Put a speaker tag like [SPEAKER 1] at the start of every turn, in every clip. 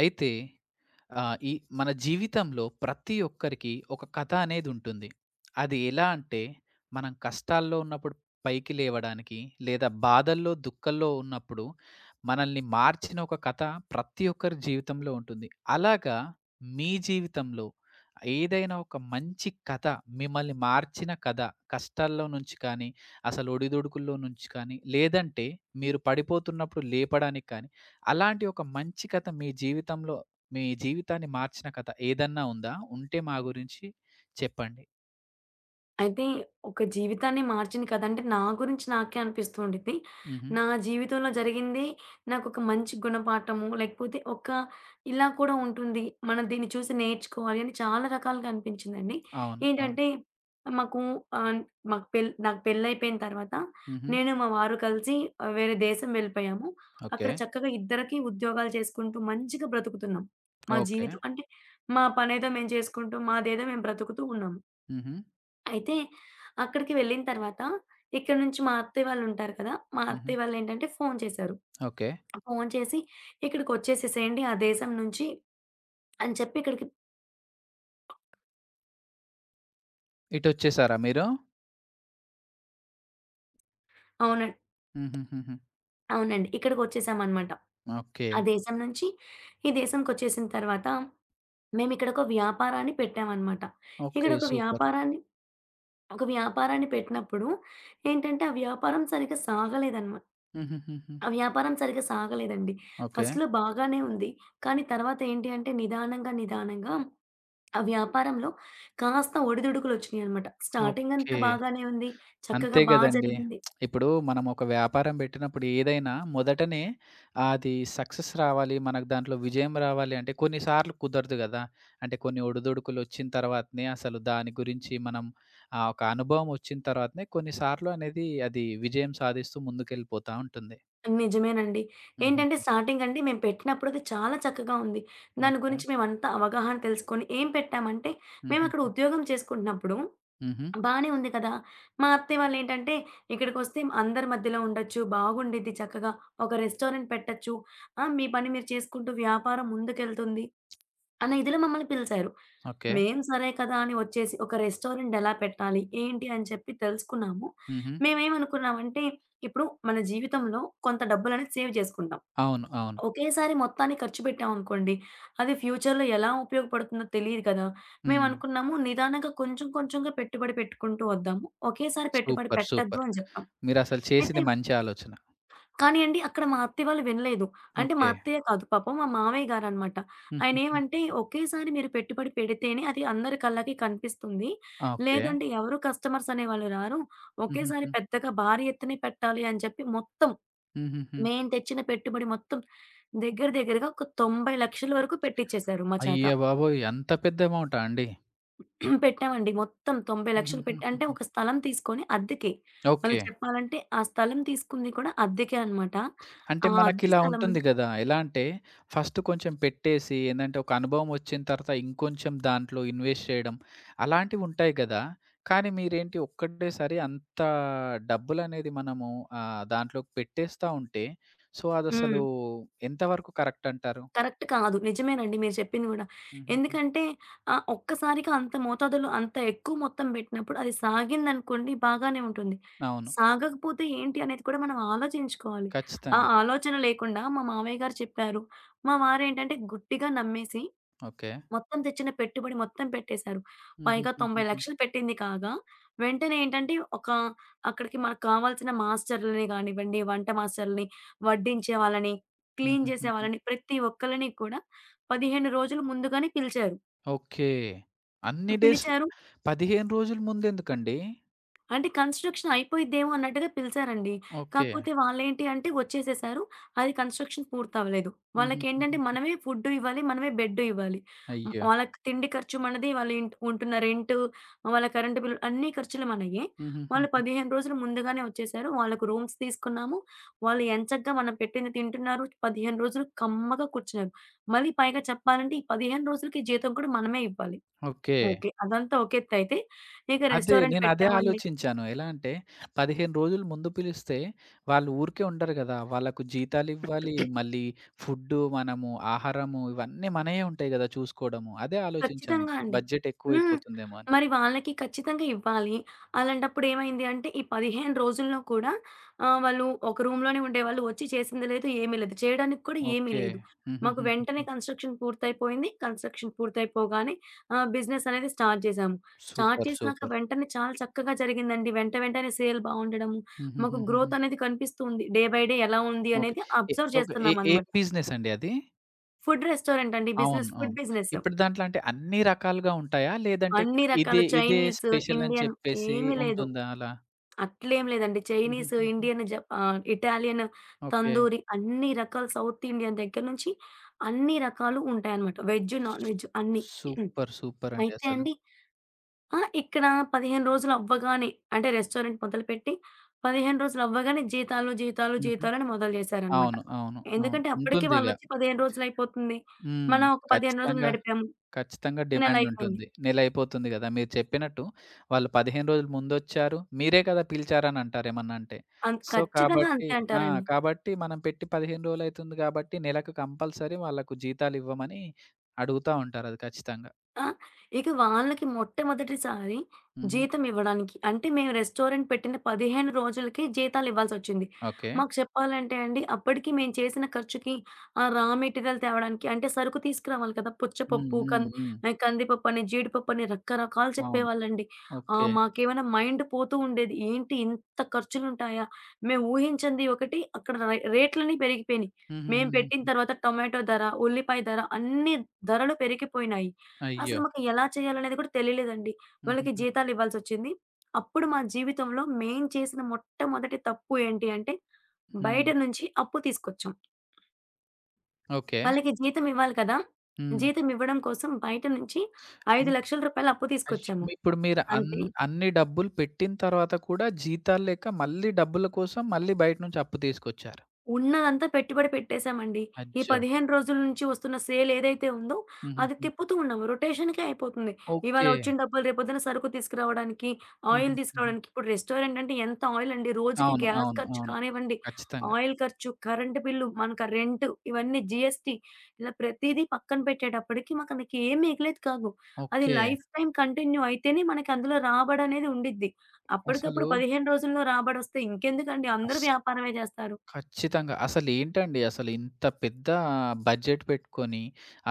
[SPEAKER 1] అయితే, ఆ! ఈ మన జీవితంలో ప్రతి ఒక్కరికి ఒక కథ అనేది ఉంటుంది. అది ఎలా అంటే, మనం కష్టాల్లో ఉన్నప్పుడు పైకి లేవడానికి, లేదా బాధల్లో, దుఃఖంలో ఉన్నప్పుడు మనల్ని మార్చిన ఒక కథ ప్రతి ఒక్కరి జీవితంలో ఉంటుంది. అలాగా మీ జీవితంలో ఏదైనా ఒక మంచి కథ, మిమ్మల్ని మార్చిన కథ, కష్టాల్లో నుంచి కానీ, అసలు ఒడిదుడుకుల్లో నుంచి కానీ, లేదంటే మీరు పడిపోతున్నప్పుడు లేపడానికి కానీ, అలాంటి ఒక మంచి కథ మీ జీవితంలో మీ జీవితాన్ని మార్చిన కథ ఏదన్నా ఉందా? ఉంటే మా గురించి చెప్పండి.
[SPEAKER 2] అయితే ఒక జీవితాన్నే మార్చింది కదా! అంటే నా గురించి నాకే అనిపిస్తూ ఉండిద్ది.
[SPEAKER 1] హుహు.
[SPEAKER 2] నా జీవితంలో జరిగింది నాకొక మంచి గుణపాఠము, లేకపోతే ఒక ఇలా కూడా ఉంటుంది. మనం దీన్ని చూసి నేర్చుకోవాలి అని చాలా రకాలుగా అనిపించిందండి.
[SPEAKER 1] అవును. అవును.
[SPEAKER 2] ఏంటంటే మాకు ఆహ్, మాకు పెళ్ నాకు పెళ్లయిపోయిన తర్వాత
[SPEAKER 1] హుహు.
[SPEAKER 2] నేను, మా వారు కలిసి వేరే దేశం వెళ్ళిపోయాము.
[SPEAKER 1] ఓకే.
[SPEAKER 2] అక్కడ చక్కగా ఇద్దరికీ ఉద్యోగాలు చేసుకుంటూ మంచిగా బ్రతుకుతున్నాం. మా
[SPEAKER 1] ఓకే.
[SPEAKER 2] జీవితం అంటే మా పనేదో మేము చేసుకుంటూ, మాదేదో మేము బ్రతుకుతూ ఉన్నాము.
[SPEAKER 1] హుహు.
[SPEAKER 2] అయితే అక్కడికి వెళ్ళిన తర్వాత ఇక్కడి నుంచి మా అత్తయ్య వాళ్ళుంటారు కదా! మా
[SPEAKER 1] హుహు.
[SPEAKER 2] అత్తయ్య వాళ్ళేంటంటే ఫోను చేశారు.
[SPEAKER 1] ఓకే.
[SPEAKER 2] ఫోను చేసి, "ఇక్కడికొచ్చేసేసేయండి ఆ దేశం నుంచి" అని చెప్పి ఇక్కడికి
[SPEAKER 1] ఇటొచ్చేసారా మీరు?
[SPEAKER 2] అవునండి.
[SPEAKER 1] హుహుహుహు.
[SPEAKER 2] అవునండి. ఇక్కడికొచ్చేసామనమాట.
[SPEAKER 1] ఓకే.
[SPEAKER 2] ఆ దేశం నుంచి ఈ దేశంకొచ్చేసిన తర్వాత మేమిక్కడొక వ్యాపారాన్ని పెట్టామనమాట.
[SPEAKER 1] ఓకే.
[SPEAKER 2] ఇక్కడొక
[SPEAKER 1] సూపర్.
[SPEAKER 2] వ్యాపారాన్ని ఒక వ్యాపారాన్ని పెట్టినప్పుడు ఏంటంటే,
[SPEAKER 1] హుహుహుహు.
[SPEAKER 2] ఆ వ్యాపారం సరిగ్గా సాగలేదండి.
[SPEAKER 1] ఓకే.
[SPEAKER 2] ఫస్ట్‌లో బాగానే ఉంది. కానీ తర్వాత ఏంటి అంటే నిదానంగా, నిదానంగా ఆ వ్యాపారంలో కాస్త ఒడిదుడుకులొచ్చినాయన్నమాట. స్టార్టింగ్ అంతా
[SPEAKER 1] ఓకే.
[SPEAKER 2] బాగానే ఉంది.
[SPEAKER 1] అంతే
[SPEAKER 2] చక్కగా బా
[SPEAKER 1] గదండీ.
[SPEAKER 2] జరిగింది.
[SPEAKER 1] ఇప్పుడు మనం ఒక వ్యాపారం బెట్టినప్పుడు ఏదైనా మొదటనే అది సక్సెస్ రావాలి, మనకు దాంట్లో విజయం రావాలి అంటే కొన్నిసార్లు కుదరదు గదా! అంటే కొన్ని ఒడిదుడుకులొచ్చిన తర్వాతనే అసలు దాని గురించి మనం ఒక అనుభవం ఒచ్చిన తర్వాతనే కొన్నిసార్లు అనేది అది విజయం సాధిస్తూ ముందుకెళ్ళిపోతా ఉంటుంది.
[SPEAKER 2] నిజమేనండి.
[SPEAKER 1] హుహుహు.
[SPEAKER 2] ఏంటంటే స్టార్టింగ్ అండి మేము పెట్టినప్పుడు అది చాలా చక్కగా ఉంది. దాని
[SPEAKER 1] ఓకే.
[SPEAKER 2] గురించి మేమంతా అవగాహన తెలుసుకొని ఏం పెట్టామంటే, మేమక్కడ
[SPEAKER 1] హుహుహు.
[SPEAKER 2] ఉద్యోగం చేసుకుంటున్నప్పుడు
[SPEAKER 1] హుహు.
[SPEAKER 2] బానే ఉంది కదా! మా అత్తయ్య వాళ్ళేంటంటే, "ఇక్కడికొస్తే అందరి మధ్యలో ఉండొచ్చు, బాగుండిద్ది చక్కగా, ఒక రెస్టారెంట్ పెట్టొచ్చు. ఆ! మీ పని మీరు చేసుకుంటూ వ్యాపారం ముందుకెళ్తుంది." అన్న ఇదిలో మమ్మల్ని పిలిచారు.
[SPEAKER 1] ఓకే.
[SPEAKER 2] మేము సరే కదా! అని వచ్చేసి ఒక రెస్టారెంట్ ఎలా పెట్టాలి? ఏంటి? అని చెప్పి తెలుసుకున్నాము.
[SPEAKER 1] హుహు.
[SPEAKER 2] మేమేమనుకున్నామంటే ఇప్పుడు మన జీవితంలో కొంత డబ్బులనేది సేవ్ చేసుకుంటాం.
[SPEAKER 1] అవును. అవును.
[SPEAKER 2] ఒకేసారి మొత్తాన్ని ఖర్చు పెట్టామనుకోండి, అది ఫ్యూచర్‌లో ఎలా ఉపయోగపడుతుందో తెలీదు కదా!
[SPEAKER 1] హ్మ్.
[SPEAKER 2] మేమనుకున్నాము నిదానంగా కొంచెం కొంచెంగా పెట్టుబడి పెట్టుకుంటూ వద్దాము. ఒకేసారి పెట్టుబడి
[SPEAKER 1] సూపర్.
[SPEAKER 2] పెట్టొద్దు
[SPEAKER 1] సూపర్.
[SPEAKER 2] అని చెప్పాం.
[SPEAKER 1] మీరసలు
[SPEAKER 2] అయితే
[SPEAKER 1] చేసింది మంచి ఆలోచన.
[SPEAKER 2] కానీ అండి అక్కడ మా అత్తయ్య వాళ్ళు వినలేదు. అంటే మా
[SPEAKER 1] ఓకే.
[SPEAKER 2] అత్తయ్య కాదు పాపం మా మామయ్య గారనమాట.
[SPEAKER 1] హుహుహు.
[SPEAKER 2] ఆయనేమంటే ఒకేసారి మీరు పెట్టుబడి పెడితేనే అది అందరి కళ్ళకి కనిపిస్తుంది.
[SPEAKER 1] ఓకే.
[SPEAKER 2] లేదంటే ఎవరు కస్టమర్స్ అనేవాళ్ళు రారు. ఒకేసారి
[SPEAKER 1] హుహుహు.
[SPEAKER 2] పెద్దగా భారీ ఎత్తునే పెట్టాలి అని చెప్పి మొత్తం
[SPEAKER 1] హుహుహు.
[SPEAKER 2] మేము తెచ్చిన పెట్టుబడి మొత్తం దగ్గర దగ్గరగా ఒక 90,00,000 వరకు పెట్టిచ్చేసారు మా చేత.
[SPEAKER 1] అయ్యబాబోయ్! అంత పెద్ద అమౌంటా అండి?
[SPEAKER 2] పెట్టామండి మొత్తం 90,00,000 పెట్టి అంటే
[SPEAKER 1] హుహుహుహుహు.
[SPEAKER 2] ఒక స్థలం తీసుకొని అద్దెకే. మళ్ళీ
[SPEAKER 1] ఓకే.
[SPEAKER 2] చెప్పాలంటే ఆ స్థలం తీసుకుంది కూడా అద్దెకే అనమాట.
[SPEAKER 1] అంటే
[SPEAKER 2] ఆ అద్దె
[SPEAKER 1] మనకిలా
[SPEAKER 2] స్థలం
[SPEAKER 1] ఉంటుంది గదా! ఎలా అంటే ఫస్ట్ కొంచెం పెట్టేసి ఏందంటే ఒక అనుభవం వచ్చిన తర్వాత ఇంకొంచెం దాంట్లో ఇన్వెస్ట్ చేయడం అలాంటివుంటాయి గదా! కానీ మీరేంటి ఒక్కటేసారి అంత డబ్బులనేది మనము దాంట్లోకి పెట్టేస్తా ఉంటే సో, అదసలు
[SPEAKER 2] హ్మ్.
[SPEAKER 1] ఎంతవరకు కరెక్ట్ అంటారు?
[SPEAKER 2] కరెక్ట్ కాదు. నిజమేనండి మీరు చెప్పింది గూడా.
[SPEAKER 1] హుహుహు.
[SPEAKER 2] ఎందుకంటే ఒక్కసారిగా అంత మోతాదులో అంత ఎక్కువ మొత్తం బెట్టినప్పుడు అది సాగిందనుకోండి బాగానే ఉంటుంది.
[SPEAKER 1] అవును.
[SPEAKER 2] సాగకపోతే ఏంటి అనేది కూడా మనం ఆలోచించుకోవాలి. ఆ
[SPEAKER 1] ఖచ్చితంగా.
[SPEAKER 2] ఆలోచన లేకుండా మా మామయ్య గారు చెప్పారు. మా వారేంటంటే గుట్టిగా నమ్మేసి
[SPEAKER 1] ఓకే.
[SPEAKER 2] మొత్తం తెచ్చిన పెట్టుబడి మొత్తం పెట్టేశారు. పైగా
[SPEAKER 1] హుహుహుహుహు.
[SPEAKER 2] 90,00,000 పెట్టింది కాగా, వెంటనే ఏంటంటే ఒక అక్కడికి మనకు కావాల్సిన మాస్టర్‌లని గానివ్వండి, వంట మాస్టర్‌లని, వడ్డించే వాళ్ళని, క్లీన్ చేసే
[SPEAKER 1] హుహుహుహు.
[SPEAKER 2] వాళ్ళని, ప్రతి ఒక్కళ్ళని కూడా 15 రోజులు ముందుగానే పిలిచారు.
[SPEAKER 1] ఓకే. అన్ని డేస్
[SPEAKER 2] పిలిచారు.
[SPEAKER 1] 15 రోజుల ముందెందుకండి?
[SPEAKER 2] అంటే కన్‌స్ట్రక్షన్ అయిపోయిద్దేమో అన్నట్టుగా పిలిచారండి.
[SPEAKER 1] ఓకే.
[SPEAKER 2] కాకపోతే వాళ్ళేంటి అంటే వచ్చేసేసారు. అది కన్‌స్ట్రక్షన్ పూర్తవ్వలేదు. వాళ్ళకేంటంటే
[SPEAKER 1] హుహుహుహుహు.
[SPEAKER 2] మనమే ఫుడ్డు ఇవ్వాలి. మనమే బెడ్డు ఇవ్వాలి. హ్మ్.
[SPEAKER 1] అయ్యో!
[SPEAKER 2] వాళ్ళకి తిండి ఖర్చు మనది. వాళ్ళు ఇంట్ ఉంటున్న రెంటు, వాళ్ళ కరెంటు బిల్లు అన్ని ఖర్చులు మనయ్యే. వాళ్ళు
[SPEAKER 1] హుహుహుహు.
[SPEAKER 2] 15 రోజులు ముందుగానే వచ్చేసారు. వాళ్ళకి రూమ్స్ తీసుకున్నాము. వాళ్ళు ఎంచక్కా మనం పెట్టింది తింటున్నారు. 15 రోజులు కమ్మగా కూర్చున్నారు. మళ్ళీ పైగా చెప్పాలంటే ఈ 15 రోజులకి జీతం కూడా మనమే ఇవ్వాలి.
[SPEAKER 1] ఓకే.
[SPEAKER 2] ఓకే. అదంతా ఒక ఎత్తయితే, ఇక
[SPEAKER 1] అదే
[SPEAKER 2] రెస్టారెంట్
[SPEAKER 1] నేనదే
[SPEAKER 2] పెట్టామండి.
[SPEAKER 1] ఆలోచించాను. ఎలా అంటే 15 రోజులు ముందు పిలిస్తే వాళ్ళు ఊరికే ఉండరు గదా! వాళ్ళకు జీతాలివ్వాలి, మళ్ళీ ఫుడ్డు, మనము ఆహారము ఇవన్నీ మనయే ఉంటాయి గదా! చూసుకోవడము. అదే ఆలోచించాను.
[SPEAKER 2] ఖచ్చితంగా అండి.
[SPEAKER 1] బడ్జెట్
[SPEAKER 2] హ్మ్.
[SPEAKER 1] ఎక్కువైపోతుందేమో అని.
[SPEAKER 2] మరి వాళ్ళకి ఖచ్చితంగా ఇవ్వాలి. అలాంటప్పుడు ఏమైంది అంటే, ఈ 15 రోజుల్లో కూడా వాళ్ళు ఒక రూమ్‌లోనే ఉండేవాళ్ళు. వచ్చి చేసింది లేదు, ఏమీ లేదు. చేయడానికి కూడా ఏమీ
[SPEAKER 1] ఓకే.
[SPEAKER 2] లేదు. మాకు
[SPEAKER 1] హుహుహుహుహు.
[SPEAKER 2] వెంటనే కన్‌స్ట్రక్షన్ పూర్తయిపోయింది. కన్‌స్ట్రక్షన్ పూర్తయిపోగానే బిజినెస్ అనేది స్టార్ట్ చేశాము. Start
[SPEAKER 1] super.
[SPEAKER 2] చేసినాక
[SPEAKER 1] సూపర్.
[SPEAKER 2] వెంటనే చాలా చక్కగా జరిగిందండి. వెంట వెంటనే సేల్ బావుండడము, మాకు
[SPEAKER 1] హుహుహుహుహు.
[SPEAKER 2] గ్రోత్ అనేది కనిపిస్తుంది. డే బై డే ఎలా ఉంది
[SPEAKER 1] ఓకే.
[SPEAKER 2] అనేది అబ్జర్వ్
[SPEAKER 1] ఏం
[SPEAKER 2] చేస్తున్నామనమాట.
[SPEAKER 1] బిజినెస్ అండి అది?
[SPEAKER 2] ఫుడ్ రెస్టారెంట్ అండి
[SPEAKER 1] అవును.
[SPEAKER 2] బిజినెస్. ఫుడ్
[SPEAKER 1] అవును.
[SPEAKER 2] బిజినెస్.
[SPEAKER 1] ఇప్పుడు దాంట్లో అంటే అన్ని రకాలుగా ఉంటాయా? లేదంటే
[SPEAKER 2] అన్ని
[SPEAKER 1] ఇదే,
[SPEAKER 2] రకాలు
[SPEAKER 1] ఇదే
[SPEAKER 2] చైనీస్,
[SPEAKER 1] స్పెషల్ అని
[SPEAKER 2] ఇండియన్
[SPEAKER 1] చెప్పేసి
[SPEAKER 2] ఏమి లేదు.
[SPEAKER 1] ఉంటుందా అలా?
[SPEAKER 2] అట్లేం లేదండి. చైనీస్,
[SPEAKER 1] హుహుహుహు.
[SPEAKER 2] ఇండియన్, జప ఇటాలియన్,
[SPEAKER 1] ఓకే.
[SPEAKER 2] తందూరి అన్ని రకాల సౌత్ ఇండియన్ దగ్గర నుంచి అన్ని రకాలు ఉంటాయన్నమాట. వెజ్, నాన్ వెజ్ అన్నీ.
[SPEAKER 1] సూపర్. సూపర్ అండి
[SPEAKER 2] అయితే
[SPEAKER 1] అసలు.
[SPEAKER 2] అండి ఆ! ఇక్కడ 15 రోజులు అవ్వగానే అంటే రెస్టారెంట్ మొదలుపెట్టి 15 రోజులు అవ్వగానే జీతాలు, జీతాలు,
[SPEAKER 1] హుహు.
[SPEAKER 2] జీతాలని మొదలు చేశారన్నమాట.
[SPEAKER 1] అవును. అవును. అవును.
[SPEAKER 2] ఎందుకంటే అప్పటికి
[SPEAKER 1] ఉంటుందిగ.
[SPEAKER 2] వాళ్ళొచ్చి 15 రోజులయిపోతుంది.
[SPEAKER 1] హ్మ్.
[SPEAKER 2] మనం ఒక 15 రోజులు
[SPEAKER 1] ఖచ్చితంగా
[SPEAKER 2] నడిపాము.
[SPEAKER 1] ఖచ్చితంగా
[SPEAKER 2] నెలయిపోయింది.
[SPEAKER 1] డిమాండుంటుంది. నెల అయిపోతుంది గదా! మీరు చెప్పినట్టు వాళ్ళు 15 రోజులు ముందొచ్చారు. మీరే కదా పిలిచారని అంటారు ఏమన్నా అంటే.
[SPEAKER 2] అంత్
[SPEAKER 1] సో,
[SPEAKER 2] ఖచ్చితంగా
[SPEAKER 1] కాబట్టి
[SPEAKER 2] అంతే
[SPEAKER 1] ఆ!
[SPEAKER 2] అంటారండి.
[SPEAKER 1] కాబట్టి మనం పెట్టి 15 రోజులైతుంది గాబట్టి, నెలకు కంపల్సరీ వాళ్ళకు జీతాలివ్వమని అడుగుతా ఉంటారు. అది ఖచ్చితంగా.
[SPEAKER 2] ఆ! ఇక వాళ్ళకి మొట్టమొదటిసారి
[SPEAKER 1] హుహు.
[SPEAKER 2] జీతం ఇవ్వడానికి అంటే మేము రెస్టారెంట్ పెట్టిన 15 రోజులకే జీతాలివ్వాల్సొచ్చింది.
[SPEAKER 1] ఓకే.
[SPEAKER 2] మాకు చెప్పాలంటే అండి అప్పటికి మేము చేసిన ఖర్చుకి ఆ రా మెటీరియల్ తేవడానికి అంటే సరుకు తీసుకురావాలి కదా!
[SPEAKER 1] హ్మ్.
[SPEAKER 2] పుచ్చపప్పు,
[SPEAKER 1] హ్మ్.
[SPEAKER 2] కం
[SPEAKER 1] హ్మ్.
[SPEAKER 2] కందిపప్పని, జీడిపప్పని రకరకాలు
[SPEAKER 1] అవును.
[SPEAKER 2] చెప్పేవాళ్ళండి.
[SPEAKER 1] ఓకే.
[SPEAKER 2] మాకేమైనా మైండ్ పోతూ ఉండేది. ఏంటి ఇంత ఖర్చులుంటాయా? మేము ఊహించింది ఒకటి అక్కడ రై రేట్లన్నీ పెరిగిపోయినియి. మేము పెట్టిన
[SPEAKER 1] హుహుహుహుహు.
[SPEAKER 2] తర్వాత టొమాటో ధర, ఉల్లిపాయ ధర అన్ని ధరలు పెరిగిపోయినాయి. అసలు
[SPEAKER 1] అయ్యో!
[SPEAKER 2] మాకు ఎలా చేయాలనేది కూడా తెలియలేదండి. వాళ్ళకి
[SPEAKER 1] హుహుహు.
[SPEAKER 2] జీతాలివ్వాల్సొచ్చింది. అప్పుడు మా జీవితంలో మేం చేసిన మొట్టమొదటి తప్పు ఏంటి అంటే,
[SPEAKER 1] హ్మ్.
[SPEAKER 2] బయట నుంచి అప్పు తీసుకొచ్చాం.
[SPEAKER 1] ఓకే.
[SPEAKER 2] వాళ్ళకి జీతం ఇవ్వాలి కదా!
[SPEAKER 1] హ్మ్.
[SPEAKER 2] జీతం ఇవ్వడం కోసం బయట నుంచి రూ. 5,00,000 అప్పు
[SPEAKER 1] అయ్యో!
[SPEAKER 2] తీసుకొచ్చాము.
[SPEAKER 1] మీ ఇప్పుడు మీరు అన్
[SPEAKER 2] అంతే
[SPEAKER 1] అన్ని డబ్బులు పెట్టిన తర్వాత కూడా జీతాలు లేక మళ్ళీ డబ్బుల కోసం మళ్ళీ బయట నుంచి అప్పు తీసుకొచ్చారు.
[SPEAKER 2] ఉన్నదంతా పెట్టుబడి పెట్టేసామండి. ఈ
[SPEAKER 1] అజ్జో!
[SPEAKER 2] 15 రోజుల నుంచి వస్తున్న సేల్ ఏదైతే ఉందో, అది
[SPEAKER 1] హుహుహు.
[SPEAKER 2] తిప్పుతూ ఉన్నాము. రొటేషన్‌కే అయిపోతుంది. ఇవాళ
[SPEAKER 1] ఓకే.
[SPEAKER 2] వచ్చిన డబ్బులు రేపొద్దున సరుకు తీసుకురావడానికి, ఆయిల్
[SPEAKER 1] హుహుహు.
[SPEAKER 2] తీసుకురావడానికి. ఇప్పుడు రెస్టారెంట్ అంటే ఎంత ఆయిల్ అండి. రోజుకి
[SPEAKER 1] అవును.
[SPEAKER 2] గ్యాస్
[SPEAKER 1] అవును.
[SPEAKER 2] ఖర్చు
[SPEAKER 1] అవును.
[SPEAKER 2] కానివ్వండి,
[SPEAKER 1] ఖచ్చితంగా.
[SPEAKER 2] ఆయిల్ ఖర్చు, కరెంట్ బిల్లు, మనకు ఆ రెంట్ ఇవన్నీ జీఎస్టీ ఇలా ప్రతీదీ పక్కన పెట్టేటప్పటికి మనకి ఏం మిగిలేది కాదు. అది
[SPEAKER 1] ఓకే.
[SPEAKER 2] లైఫ్ టైమ్ కంటిన్యూ అయితేనే మనకి అందులో రాబడనేది ఉండిద్ది.
[SPEAKER 1] అసలు
[SPEAKER 2] అప్పటికప్పుడు 15 రోజుల్లో రాబడొస్తే ఇంకెందుకండి అందరూ
[SPEAKER 1] అస్
[SPEAKER 2] వ్యాపారమే జేస్తారు.
[SPEAKER 1] ఖచ్చితంగా. అసలేంటండి అసలు ఇంత పెద్ద బడ్జెట్ పెట్టుకొని,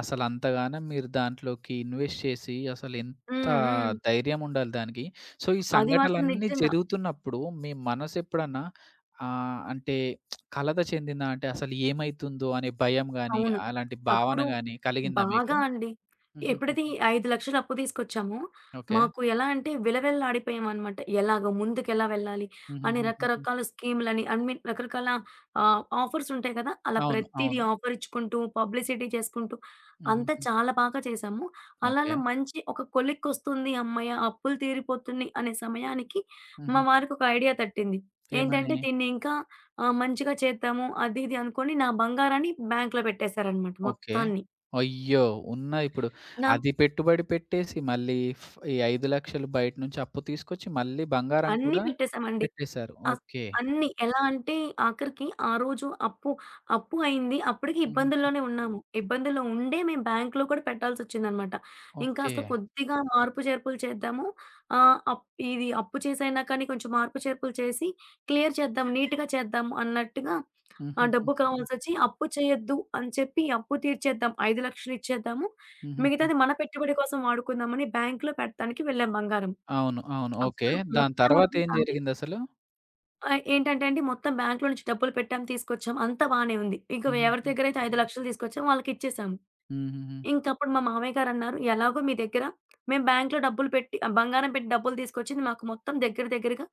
[SPEAKER 1] అసలంతగానం మీరు దాంట్లోకి ఇన్వెస్ట్ చేసి, అసలెంత
[SPEAKER 2] హ్మ్. హ్మ్.
[SPEAKER 1] ధైర్యం ఉండాలి దానికి. సో, ఈ
[SPEAKER 2] అది మాత్రం
[SPEAKER 1] సంఘటనలన్నీ
[SPEAKER 2] నిజంగా.
[SPEAKER 1] జరుగుతున్నప్పుడు మీ మనసెప్పుడన్నా అంటే కలత చెందిందా? అంటే అసలు ఏమైతుందో అనే భయం గాని,
[SPEAKER 2] అవును.
[SPEAKER 1] అలాంటి భావన
[SPEAKER 2] అప్పుడు
[SPEAKER 1] గాని కలిగిందా మీకు?
[SPEAKER 2] బాగా అండి. ఎప్పుడైతే
[SPEAKER 1] హుహుహుహు.
[SPEAKER 2] ఈ 5,00,000 అప్పు తీసుకొచ్చామో,
[SPEAKER 1] ఓకే.
[SPEAKER 2] మాకు ఎలా అంటే విలవిల్లాడిపోయామనమాట. ఎలాగో ముందుకెలా వెళ్ళాలి అని
[SPEAKER 1] హుహుహుహుహు.
[SPEAKER 2] రకరకాల స్కీములని ఐ మీన్ రకరకాల ఆఫర్స్ ఉంటాయి కదా! అలా
[SPEAKER 1] అవును.
[SPEAKER 2] ప్రతీది
[SPEAKER 1] అవును.
[SPEAKER 2] ఆఫర్ ఇచ్చుకుంటూ, పబ్లిసిటీ చేసుకుంటూ అంతా
[SPEAKER 1] హుహుహు.
[SPEAKER 2] చాలా బాగా చేశాము. అలా
[SPEAKER 1] ఓకే.
[SPEAKER 2] అలా మంచి ఒక కొలిక్కొస్తుంది హమ్మయ్య! అప్పులు తీరిపోతున్నాయి అనే సమయానికి మా
[SPEAKER 1] హుహుహు.
[SPEAKER 2] వారికొక ఐడియా తట్టింది. ఏంటంటే
[SPEAKER 1] ఏమని?
[SPEAKER 2] దీన్ని ఇంకా ఆ! మంచిగా చేద్దాము. అది ఇది అనుకోని నా బంగారాన్ని బ్యాంక్‌లో పెట్టేశారనమాట
[SPEAKER 1] ఓకే.
[SPEAKER 2] మొత్తాన్ని.
[SPEAKER 1] అయ్యో! ఉన్న ఇప్పుడు
[SPEAKER 2] నా
[SPEAKER 1] అది పెట్టుబడి పెట్టేసి మళ్ళీ ఫ్ ఈ 5,00,000 బయట నుంచి అప్పు తీసుకొచ్చి మళ్ళీ బంగారం
[SPEAKER 2] అన్నీ
[SPEAKER 1] కూడా
[SPEAKER 2] పెట్టేసామండి.
[SPEAKER 1] పెట్టేశారు.
[SPEAKER 2] అ
[SPEAKER 1] ఓకే.
[SPEAKER 2] అన్నీ. ఎలా అంటే ఆఖరికి ఆ రోజు అప్పు అప్పు అయింది. అప్పటికి
[SPEAKER 1] హుహుహు.
[SPEAKER 2] ఇబ్బందుల్లోనే ఉన్నాము. ఇబ్బందుల్లో ఉండే మేము బ్యాంక్‌లో కూడా పెట్టాల్సొచ్చిందనమాట.
[SPEAKER 1] ఓకే.
[SPEAKER 2] ఇంకాస్త కొద్దిగా మార్పు చేర్పులు చేద్దాము. ఆహ్, అప్ ఇది అప్పు చేసైనా కానీ కొంచెం మార్పు చేర్పులు చేసి క్లియర్ చేద్దాం, నీట్‌గా చేద్దాం అన్నట్టుగా ఆ డబ్బు
[SPEAKER 1] హుహుహుహుహు.
[SPEAKER 2] కావాల్సొచ్చి అప్పు చేయొద్దు అని చెప్పి అప్పు తీర్చేద్దాం. 5,00,000 ఇచ్చేద్దాము.
[SPEAKER 1] హుహుహు.
[SPEAKER 2] మిగతాది మన పెట్టుబడి కోసం వాడుకుందామని బ్యాంక్‌లో పెట్టడానికి వెళ్ళాం బంగారం.
[SPEAKER 1] అవును. అవును. ఓకే.
[SPEAKER 2] అప్పుడు
[SPEAKER 1] దాని తర్వాత ఏం
[SPEAKER 2] మొట్టమొదటిసారి
[SPEAKER 1] జరిగిందసలు?
[SPEAKER 2] ఆ! ఏంటంటే అండి, మొత్తం బ్యాంక్‌లో నుంచి డబ్బులు పెట్టాం, తీసుకొచ్చాం. అంతా బానే ఉంది. ఇంక ఎవరి
[SPEAKER 1] హుహుహు.
[SPEAKER 2] దగ్గరైతే 5,00,000 తీసుకొచ్చామో వాళ్ళకిచ్చేసాము.
[SPEAKER 1] హుహుహు.
[SPEAKER 2] ఇంకప్పుడు మా మామయ్య గారన్నారు, "ఎలాగో మీ దగ్గర మేము బ్యాంక్‌లో డబ్బులు పెట్టి బంగారం పెట్టి డబ్బులు తీసుకొచ్చింది మాకు మొత్తం దగ్గర దగ్గరగా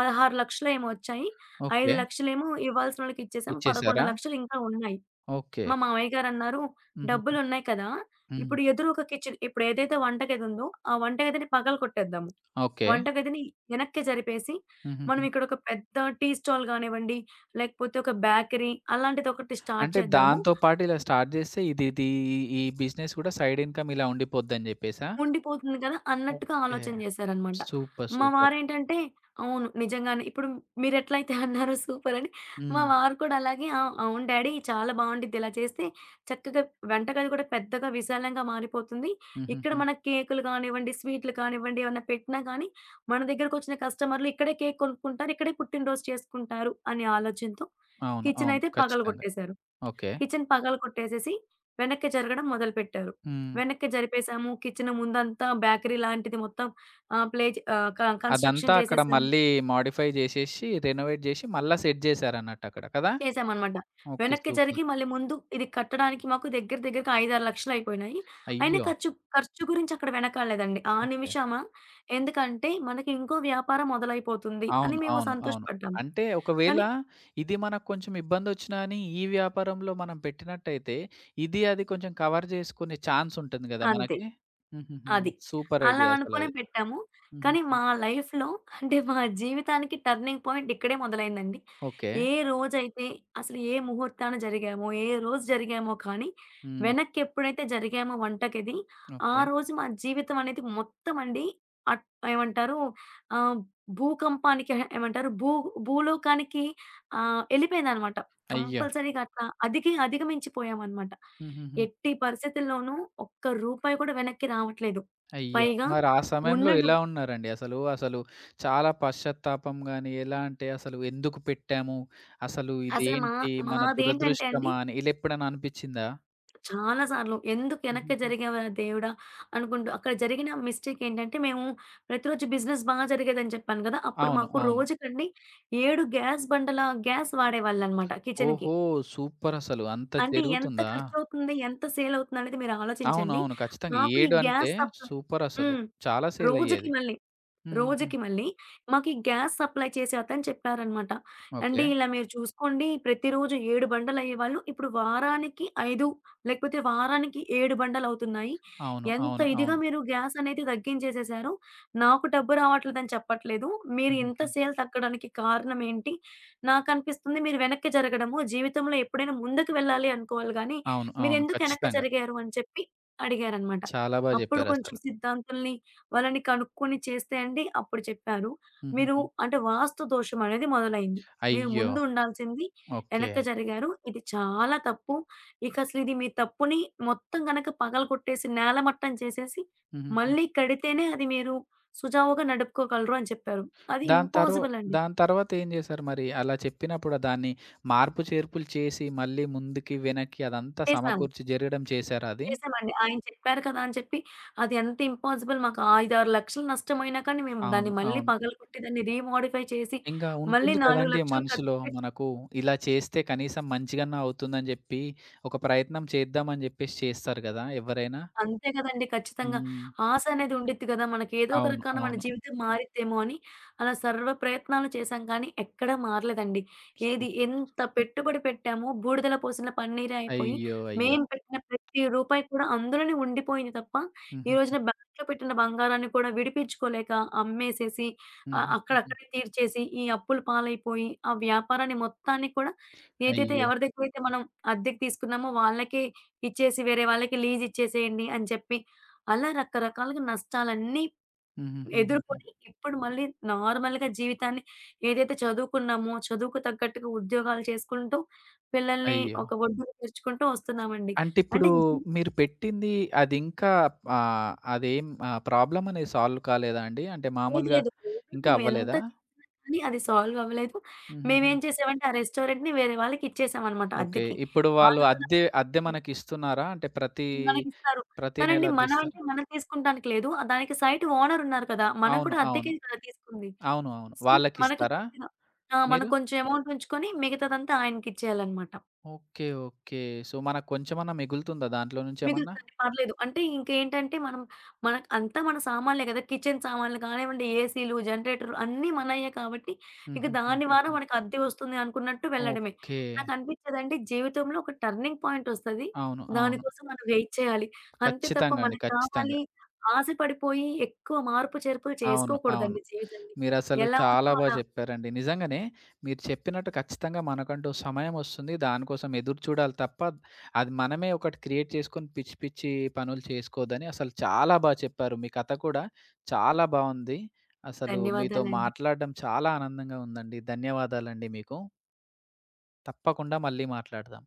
[SPEAKER 2] 16,00,000 ఏమో వచ్చాయి.
[SPEAKER 1] ఓకే.
[SPEAKER 2] 5,00,000ఏమో ఇవ్వాల్సినోళ్ళకిచ్చేసాం.
[SPEAKER 1] ఇచ్చేసారా?
[SPEAKER 2] 11,00,000 ఇంకా ఉన్నాయి."
[SPEAKER 1] ఓకే.
[SPEAKER 2] మా మామయ్య గారన్నారు,
[SPEAKER 1] హుహుహు.
[SPEAKER 2] "డబ్బులున్నాయి కదా!
[SPEAKER 1] హ్మ్.
[SPEAKER 2] ఇప్పుడు ఎదురు ఒక కిచెన్ ఇప్పుడు ఏదైతే వంటగదుందో, ఆ వంటగదిని పగలగొట్టేద్దాము."
[SPEAKER 1] ఓకే.
[SPEAKER 2] వంటగదిని వెనక్కే జరిపేసి, మనం
[SPEAKER 1] హుహుహు.
[SPEAKER 2] ఇక్కడొక పెద్ద టీ స్టాల్ గానివ్వండి, లేకపోతే ఒక బేకరీ అలాంటిదొకటి స్టార్ట్
[SPEAKER 1] అంటే
[SPEAKER 2] చేద్దాము.
[SPEAKER 1] దాంతో పాటు ఇలా స్టార్ట్ జేస్తే ఈ బిజినెస్ కూడా సైడ్ ఇన్‌కమ్ ఇలా ఉండిపోద్దని జెప్పేసా?
[SPEAKER 2] ఉండిపోతుంది కదా! అన్నట్టుగా
[SPEAKER 1] ఓకే.
[SPEAKER 2] ఆలోచన చేశారనమాట.
[SPEAKER 1] సూపర్.
[SPEAKER 2] మా
[SPEAKER 1] సూపర్.
[SPEAKER 2] వారేంటంటే అవును. నిజంగానే. ఇప్పుడు మీరెట్లయితే అన్నారో సూపర్ అని, మా
[SPEAKER 1] హ్మ్.
[SPEAKER 2] వారు కూడా అలాగే "ఆ! అవును డాడీ చాలా బావుండిద్ది. ఇలా చేస్తే చక్కగా వంటగది కూడా పెద్దగా విశాలంగా మారిపోతుంది. ఇక్కడ
[SPEAKER 1] హుహుహు.
[SPEAKER 2] మన కేకులు కానివ్వండి, స్వీట్లు కానివ్వండి ఏమన్నా పెట్టినా కానీ, మన దగ్గరకొచ్చిన కస్టమర్లు ఇక్కడే కేక్ కొనుక్కుంటారు. ఇక్కడే పుట్టినరోజు చేసుకుంటారు" అనే ఆలోచనతో
[SPEAKER 1] అవును. అవును.
[SPEAKER 2] కిచెనయితే
[SPEAKER 1] ఖచ్చితంగా.
[SPEAKER 2] పగలగొట్టేశారు.
[SPEAKER 1] ఓకే.
[SPEAKER 2] కిచెన్ పగలగొట్టేసేసి వెనక్కి జరగడం మొదలుపెట్టారు.
[SPEAKER 1] హ్మ్.
[SPEAKER 2] వెనక్కి జరిపేసాము. కిచెన్ ముందంతా బేకరీ లాంటిది మొత్తం ఆహ్, ప్లే చే ఆహ్, క
[SPEAKER 1] అదంతా
[SPEAKER 2] కన్‌స్ట్రక్షన్
[SPEAKER 1] అక్కడ
[SPEAKER 2] చేసేసాం.
[SPEAKER 1] మళ్ళీ మోడిఫై జేసేసి, రెనోవేట్ జేసి, మళ్ళా సెట్ జేశారన్నట్టక్కడ. కదా!
[SPEAKER 2] చేశామనమాట.
[SPEAKER 1] ఓకే.
[SPEAKER 2] వెనక్కి జరిగి
[SPEAKER 1] సూపర్.
[SPEAKER 2] మళ్ళీ ముందు ఇది కట్టడానికి మాకు దగ్గర దగ్గరగా 5, 6 లక్షలు అయిపోయినాయి. అయినా
[SPEAKER 1] అయ్యో!
[SPEAKER 2] ఖర్చు ఖర్చు గురించి అక్కడ వెనకాడలేదండి. ఆ
[SPEAKER 1] ఓకే.
[SPEAKER 2] నిమిషాన ఎందుకంటే మనకి ఇంకో వ్యాపారం మొదలైపోతుంది అని
[SPEAKER 1] అవును.
[SPEAKER 2] మేము
[SPEAKER 1] అవును. అవును.
[SPEAKER 2] సంతోషపడ్డాము.
[SPEAKER 1] అంటే ఒకవేళ
[SPEAKER 2] కానీ
[SPEAKER 1] ఇది మనకు కొంచెం ఇబ్బందొచ్చినా అని ఈ వ్యాపారంలో మనం పెట్టినట్టయితే, ఇది అది కొంచెం కవర్ జేసుకునే ఛాన్స్ ఉంటుంది గదా!
[SPEAKER 2] అంతే.
[SPEAKER 1] మనకి. హుహుహు.
[SPEAKER 2] అది.
[SPEAKER 1] సూపర్
[SPEAKER 2] అలా
[SPEAKER 1] ఐడియా
[SPEAKER 2] అనుకునే
[SPEAKER 1] అసలది.
[SPEAKER 2] పెట్టాము. కానీ
[SPEAKER 1] హుహుహు.
[SPEAKER 2] మా లైఫ్‌లో అంటే మా జీవితానికి టర్నింగ్ పాయింట్ ఇక్కడే మొదలైందండి.
[SPEAKER 1] ఓకే.
[SPEAKER 2] ఏ రోజైతే అసలు ఏ ముహూర్తాన జరిగామో, ఏ రోజు జరిగామో కానీ
[SPEAKER 1] హ్మ్.
[SPEAKER 2] వెనక్కి ఎప్పుడైతే జరిగామో వంటగది, ఆ
[SPEAKER 1] ఓకే.
[SPEAKER 2] రోజు మా జీవితం అనేది మొత్తం అండి అట్ ఏమంటారు ఆహ్, భూకంపానికి అహా! ఏమంటారు భూ భూలోకానికి ఎళ్ళిపోయిందనమాట.
[SPEAKER 1] అయ్యో!
[SPEAKER 2] కంపల్సరీగా అట్లా అధికి అధిగమించిపోయామనమాట.
[SPEAKER 1] హుహుహు.
[SPEAKER 2] ఎట్టి పరిస్థితుల్లోనూ ఒక్క రూపాయి కూడా వెనక్కి రావట్లేదు.
[SPEAKER 1] అయ్యో!
[SPEAKER 2] పైగా
[SPEAKER 1] మరి ఆ
[SPEAKER 2] ఉన్న
[SPEAKER 1] సమయంలో ఎలా
[SPEAKER 2] డబ్
[SPEAKER 1] ఉన్నారండి అసలు? అసలు చాలా పశ్చాత్తాపం గాని, ఎలా అంటే అసలు ఎందుకు పెట్టాము? అసలు
[SPEAKER 2] అసలు
[SPEAKER 1] ఇదేంటి? మన
[SPEAKER 2] మాదేంటంటే అండి
[SPEAKER 1] దురదృష్టమా అని ఇలా ఎప్పుడైనా అనిపిచ్చిందా?
[SPEAKER 2] చాలా సార్లు ఎందుకు వెనక్కి
[SPEAKER 1] హుహుహు.
[SPEAKER 2] జరిగావురా దేవుడా! అనుకుంటూ అక్కడ జరిగిన మిస్టేక్ ఏంటంటే మేము ప్రతిరోజు బిజినెస్ బాగా జరిగేదని చెప్పాను కదా! అప్పుడు
[SPEAKER 1] అవును.
[SPEAKER 2] మాకు
[SPEAKER 1] అవును.
[SPEAKER 2] రోజుకండి 7 గ్యాస్ వాడేవాళ్ళనమాట కిచెన్‌కి.
[SPEAKER 1] ఓహో! సూపర్ అసలు. అంత
[SPEAKER 2] అంటే ఎంత
[SPEAKER 1] జరుగుతుందా?
[SPEAKER 2] ఖర్చవుతుంది? ఎంత సేల్ అవుతుందనేది మీరు
[SPEAKER 1] అవును.
[SPEAKER 2] ఆలోచించండి.
[SPEAKER 1] అవును. ఖచ్చితంగా.
[SPEAKER 2] మాకు ఈ
[SPEAKER 1] 7 అంటే
[SPEAKER 2] గ్యాస్ సప్లై
[SPEAKER 1] సూపర్ అసలు.
[SPEAKER 2] హ్మ్.
[SPEAKER 1] చాలా సేల్
[SPEAKER 2] రోజుకి
[SPEAKER 1] అయ్యేది.
[SPEAKER 2] మళ్ళీ.
[SPEAKER 1] హుహుహు.
[SPEAKER 2] రోజుకి మళ్ళీ మాకీ గ్యాస్ సప్లై చేసే అతను చెప్పారనమాట.
[SPEAKER 1] ఓకే.
[SPEAKER 2] "అండి ఇలా మీరు చూసుకోండి ప్రతిరోజు 7 బండలయ్యేవాళ్ళు ఇప్పుడు వారానికి 5 లేకపోతే వారానికి 7 బండలవుతున్నాయి.
[SPEAKER 1] అవును.
[SPEAKER 2] ఎంత
[SPEAKER 1] అవును.
[SPEAKER 2] ఇదిగా
[SPEAKER 1] అవును.
[SPEAKER 2] మీరు గ్యాస్ అనేది తగ్గించేసేశారు. నాకు డబ్బు రావట్లేదని చెప్పట్లేదు. మీరు ఇంత
[SPEAKER 1] హుహుహు.
[SPEAKER 2] సేల్ తగ్గడానికి కారణం ఏంటి? నాకనిపిస్తుంది మీరు వెనక్కి జరగడము. జీవితంలో ఎప్పుడైనా ముందుకు వెళ్ళాలి అనుకోవాలి గానీ
[SPEAKER 1] అవును. అవును.
[SPEAKER 2] మీరెందుకు ఎనక్కి
[SPEAKER 1] ఖచ్చితంగా.
[SPEAKER 2] జరిగారు?" అని చెప్పి అడిగారనమాట.
[SPEAKER 1] చాలా బా
[SPEAKER 2] అప్పుడు కొంచెం
[SPEAKER 1] జెప్పారసలు.
[SPEAKER 2] సిద్ధాంతుల్ని వాళ్ళని కనుక్కొని చేస్తే అండి అప్పుడు చెప్పారు. మీరు
[SPEAKER 1] హుహుహు.
[SPEAKER 2] అంటే వాస్తు దోషం అనేది మొదలైంది. మీరు
[SPEAKER 1] అయ్యో!
[SPEAKER 2] ముందు ఉండాల్సింది
[SPEAKER 1] ఓకే.
[SPEAKER 2] ఎనక్కి జరిగారు. ఇది చాలా తప్పు. ఇక అసలు ఇది మీ తప్పుని మొత్తం గనక పగలగొట్టేసి, నేలమట్టం చేసేసి,
[SPEAKER 1] హుహుహు.
[SPEAKER 2] మళ్ళీ కడితేనే అది మీరు సుజావుగా నడుపుకోగలరు అని చెప్పారు. అది
[SPEAKER 1] దాని తర్వా
[SPEAKER 2] ఇంపాసిబుల్ అండి.
[SPEAKER 1] దాని తర్వాత ఏం చేశారు మరి? అలా చెప్పినప్పుడు దాన్ని మార్పు చేర్పులు చేసి మళ్ళీ ముందుకి, వెనక్కి అదంతా
[SPEAKER 2] చేశాము.
[SPEAKER 1] సమకూర్చి జరగడం చేశారా అది?
[SPEAKER 2] చేశామండి. ఆయన చెప్పారు కదా! అని చెప్పి అది ఎంత ఇంపాసిబుల్ మాకు 5, 6 లక్షలు నష్టమైనా కానీ మేము
[SPEAKER 1] అవును.
[SPEAKER 2] దాన్ని మళ్ళీ
[SPEAKER 1] అవును.
[SPEAKER 2] పగలగొట్టి దాన్ని రీమోడిఫై చేసి,
[SPEAKER 1] ఇంకా
[SPEAKER 2] మళ్ళీ
[SPEAKER 1] ఉంటుంది
[SPEAKER 2] 4
[SPEAKER 1] కదండీ
[SPEAKER 2] లక్షలు
[SPEAKER 1] మనసులో
[SPEAKER 2] ఖర్చు పె
[SPEAKER 1] మనకు ఇలా చేస్తే కనీసం మంచిగన్నా అవుతుందని చెప్పి ఒక ప్రయత్నం చేద్దామని చెప్పేసి చేస్తారు కదా ఎవరైనా.
[SPEAKER 2] అంతే కదండీ! ఖచ్చితంగా.
[SPEAKER 1] హ్మ్.
[SPEAKER 2] ఆశ అనేది ఉండిద్ది కదా! మనకి ఏదో ఒక
[SPEAKER 1] అవును.
[SPEAKER 2] రకాన మన
[SPEAKER 1] అవును.
[SPEAKER 2] జీవితం మారిద్దేమో అని అలా సర్వ ప్రయత్నాలు చేశాం కానీ ఎక్కడా మారలేదండి. ఏది
[SPEAKER 1] సూపర్.
[SPEAKER 2] ఎంత పెట్టుబడి పెట్టామో బూడిదలో పోసిన పన్నీరే అయిపోయి,
[SPEAKER 1] అయ్యో! అయ్యో!
[SPEAKER 2] మేము పెట్టిన ప్రతి రూపాయి కూడా అందులోనే ఉండిపోయింది తప్ప, ఈ
[SPEAKER 1] హుహుహు.
[SPEAKER 2] రోజున బ్యాంక్‌లో పెట్టిన బంగారాన్ని కూడా విడిపించుకోలేక అమ్మేసేసి
[SPEAKER 1] హుహుహుహు.
[SPEAKER 2] అక్కడక్కడే తీర్చేసి, ఈ అప్పుల పాలైపోయి, ఆ వ్యాపారాన్ని మొత్తాన్ని కూడా ఏదైతే
[SPEAKER 1] అయ్యో!
[SPEAKER 2] ఎవరి దగ్గరైతే మనం అద్దెకు తీసుకున్నామో వాళ్ళకే ఇచ్చేసి వేరే వాళ్ళకి లీజ్ ఇచ్చేసేయండి అని చెప్పి, అలా రకరకాలుగా నష్టాలన్నీ
[SPEAKER 1] హుహుహుహుహు.
[SPEAKER 2] ఎదుర్కొని, ఇప్పుడు మళ్ళీ నార్మల్‌గా జీవితాన్ని ఏదైతే చదువుకున్నామో, చదువుకు తగ్గట్టుగా ఉద్యోగాలు చేసుకుంటూ, పిల్లల్ని
[SPEAKER 1] అయ్యో!
[SPEAKER 2] ఒక ఒడ్డున చేర్చుకుంటూ వస్తున్నామండి.
[SPEAKER 1] అంటే
[SPEAKER 2] అంటే
[SPEAKER 1] ఇప్పుడు
[SPEAKER 2] జీవితం
[SPEAKER 1] మీరు పెట్టింది అదింకా అదేం ప్రాబ్లమ్ అనేది సాల్వ్ కాలేదా అండి? అంటే
[SPEAKER 2] లేదు
[SPEAKER 1] మామూలుగా
[SPEAKER 2] లేదు. ప్రాబ్లమ్
[SPEAKER 1] ఇంకా
[SPEAKER 2] మేమెంత
[SPEAKER 1] అవ్వలేదా?
[SPEAKER 2] చేసినా గాని అది సాల్వ్ అవ్వలేదు.
[SPEAKER 1] హుహుహు.
[SPEAKER 2] మేమేం చేసామంటే, ఆ రెస్టారెంట్‌ని వేరే వాళ్ళకి ఇచ్చేసామనమాట
[SPEAKER 1] ఓకే.
[SPEAKER 2] అద్దెకి.
[SPEAKER 1] ఇప్పుడు వాళ్ళు
[SPEAKER 2] వాళ్ళు కూడా
[SPEAKER 1] అద్దె మనకిస్తున్నారా? అంటే ప్రతి,
[SPEAKER 2] మనకిస్తారు.
[SPEAKER 1] ప్రతి నెల
[SPEAKER 2] కానండి
[SPEAKER 1] అద్దె
[SPEAKER 2] మన
[SPEAKER 1] ఇస్తారా?
[SPEAKER 2] అంటే మనం తీసుకుంటానికి లేదు. దానికి సైట్ ఓనర్ ఉన్నారు కదా! మనం
[SPEAKER 1] అవును.
[SPEAKER 2] కూడా
[SPEAKER 1] అవును.
[SPEAKER 2] అద్దెకే కదా తీసుకుంది.
[SPEAKER 1] అవును. అవును.
[SPEAKER 2] సో, మనకి
[SPEAKER 1] వాళ్ళకిస్తారా
[SPEAKER 2] కొద్దిగా ఆ! మనం
[SPEAKER 1] మీరు?
[SPEAKER 2] కొంచెం అమౌంట్ ఉంచుకొని మిగతాదంతా ఆయనకిచ్చేయాలన్నమాట.
[SPEAKER 1] ఓకే. ఓకే. సో, మనకు కొంచెమన్నా మిగులుతుందా దాంట్లో నుంచేమన్నా?
[SPEAKER 2] మిగులుతుంది. పర్లేదు. అంటే ఇంకేంటంటే మనం మనకు అంతా మన సామాన్లే కదా! కిచెన్ సామాన్లు కానివ్వండి, ఏసీలు, జనరేటర్లు అన్నీ మనయ్యే కాబట్టి ఇక దాని ద్వారా
[SPEAKER 1] హుహుహుహుహు.
[SPEAKER 2] మనకు అద్దె వస్తుంది అనుకున్నట్టు వెళ్ళడమే.
[SPEAKER 1] ఓకే.
[SPEAKER 2] నాకనిపించేదండి జీవితంలో ఒక టర్నింగ్ పాయింట్ ఒస్తది.
[SPEAKER 1] అవును. అవును.
[SPEAKER 2] దానికోసం మనం వెయిట్ చేయాలి. అంతే తప్ప
[SPEAKER 1] ఖచ్చితంగా అండి.
[SPEAKER 2] మనకు
[SPEAKER 1] ఖచ్చితంగా.
[SPEAKER 2] కావాలి ఆశపడిపోయి ఎక్కువ మార్పు చేర్పులు
[SPEAKER 1] అవును. అవును.
[SPEAKER 2] చేసుకోకూడదండి జీవితాన్ని.
[SPEAKER 1] మీరసలు
[SPEAKER 2] ఎలా
[SPEAKER 1] చాలా
[SPEAKER 2] ఉందో
[SPEAKER 1] బా
[SPEAKER 2] అలా.
[SPEAKER 1] జెప్పారండి. నిజంగానే మీరు చెప్పినట్టు ఖచ్చితంగా మనకంటూ సమయం ఒస్తుంది. దానికోసం ఎదురు చూడాలి తప్ప, అది మనమే ఒకటి క్రియేట్ చేసుకొని పిచ్చి పిచ్చి పనులు చేసుకోవద్దని అసలు చాలా బా చెప్పారు. మీ కథ కూడా చాలా బావుంది. అసలు మీతో
[SPEAKER 2] ధన్యవాదాలండి.
[SPEAKER 1] మాట్లాడడం చాలా ఆనందంగా ఉందండి. ధన్యవాదాలండి మీకు. తప్పకుండా మళ్ళీ మాట్లాడదాం.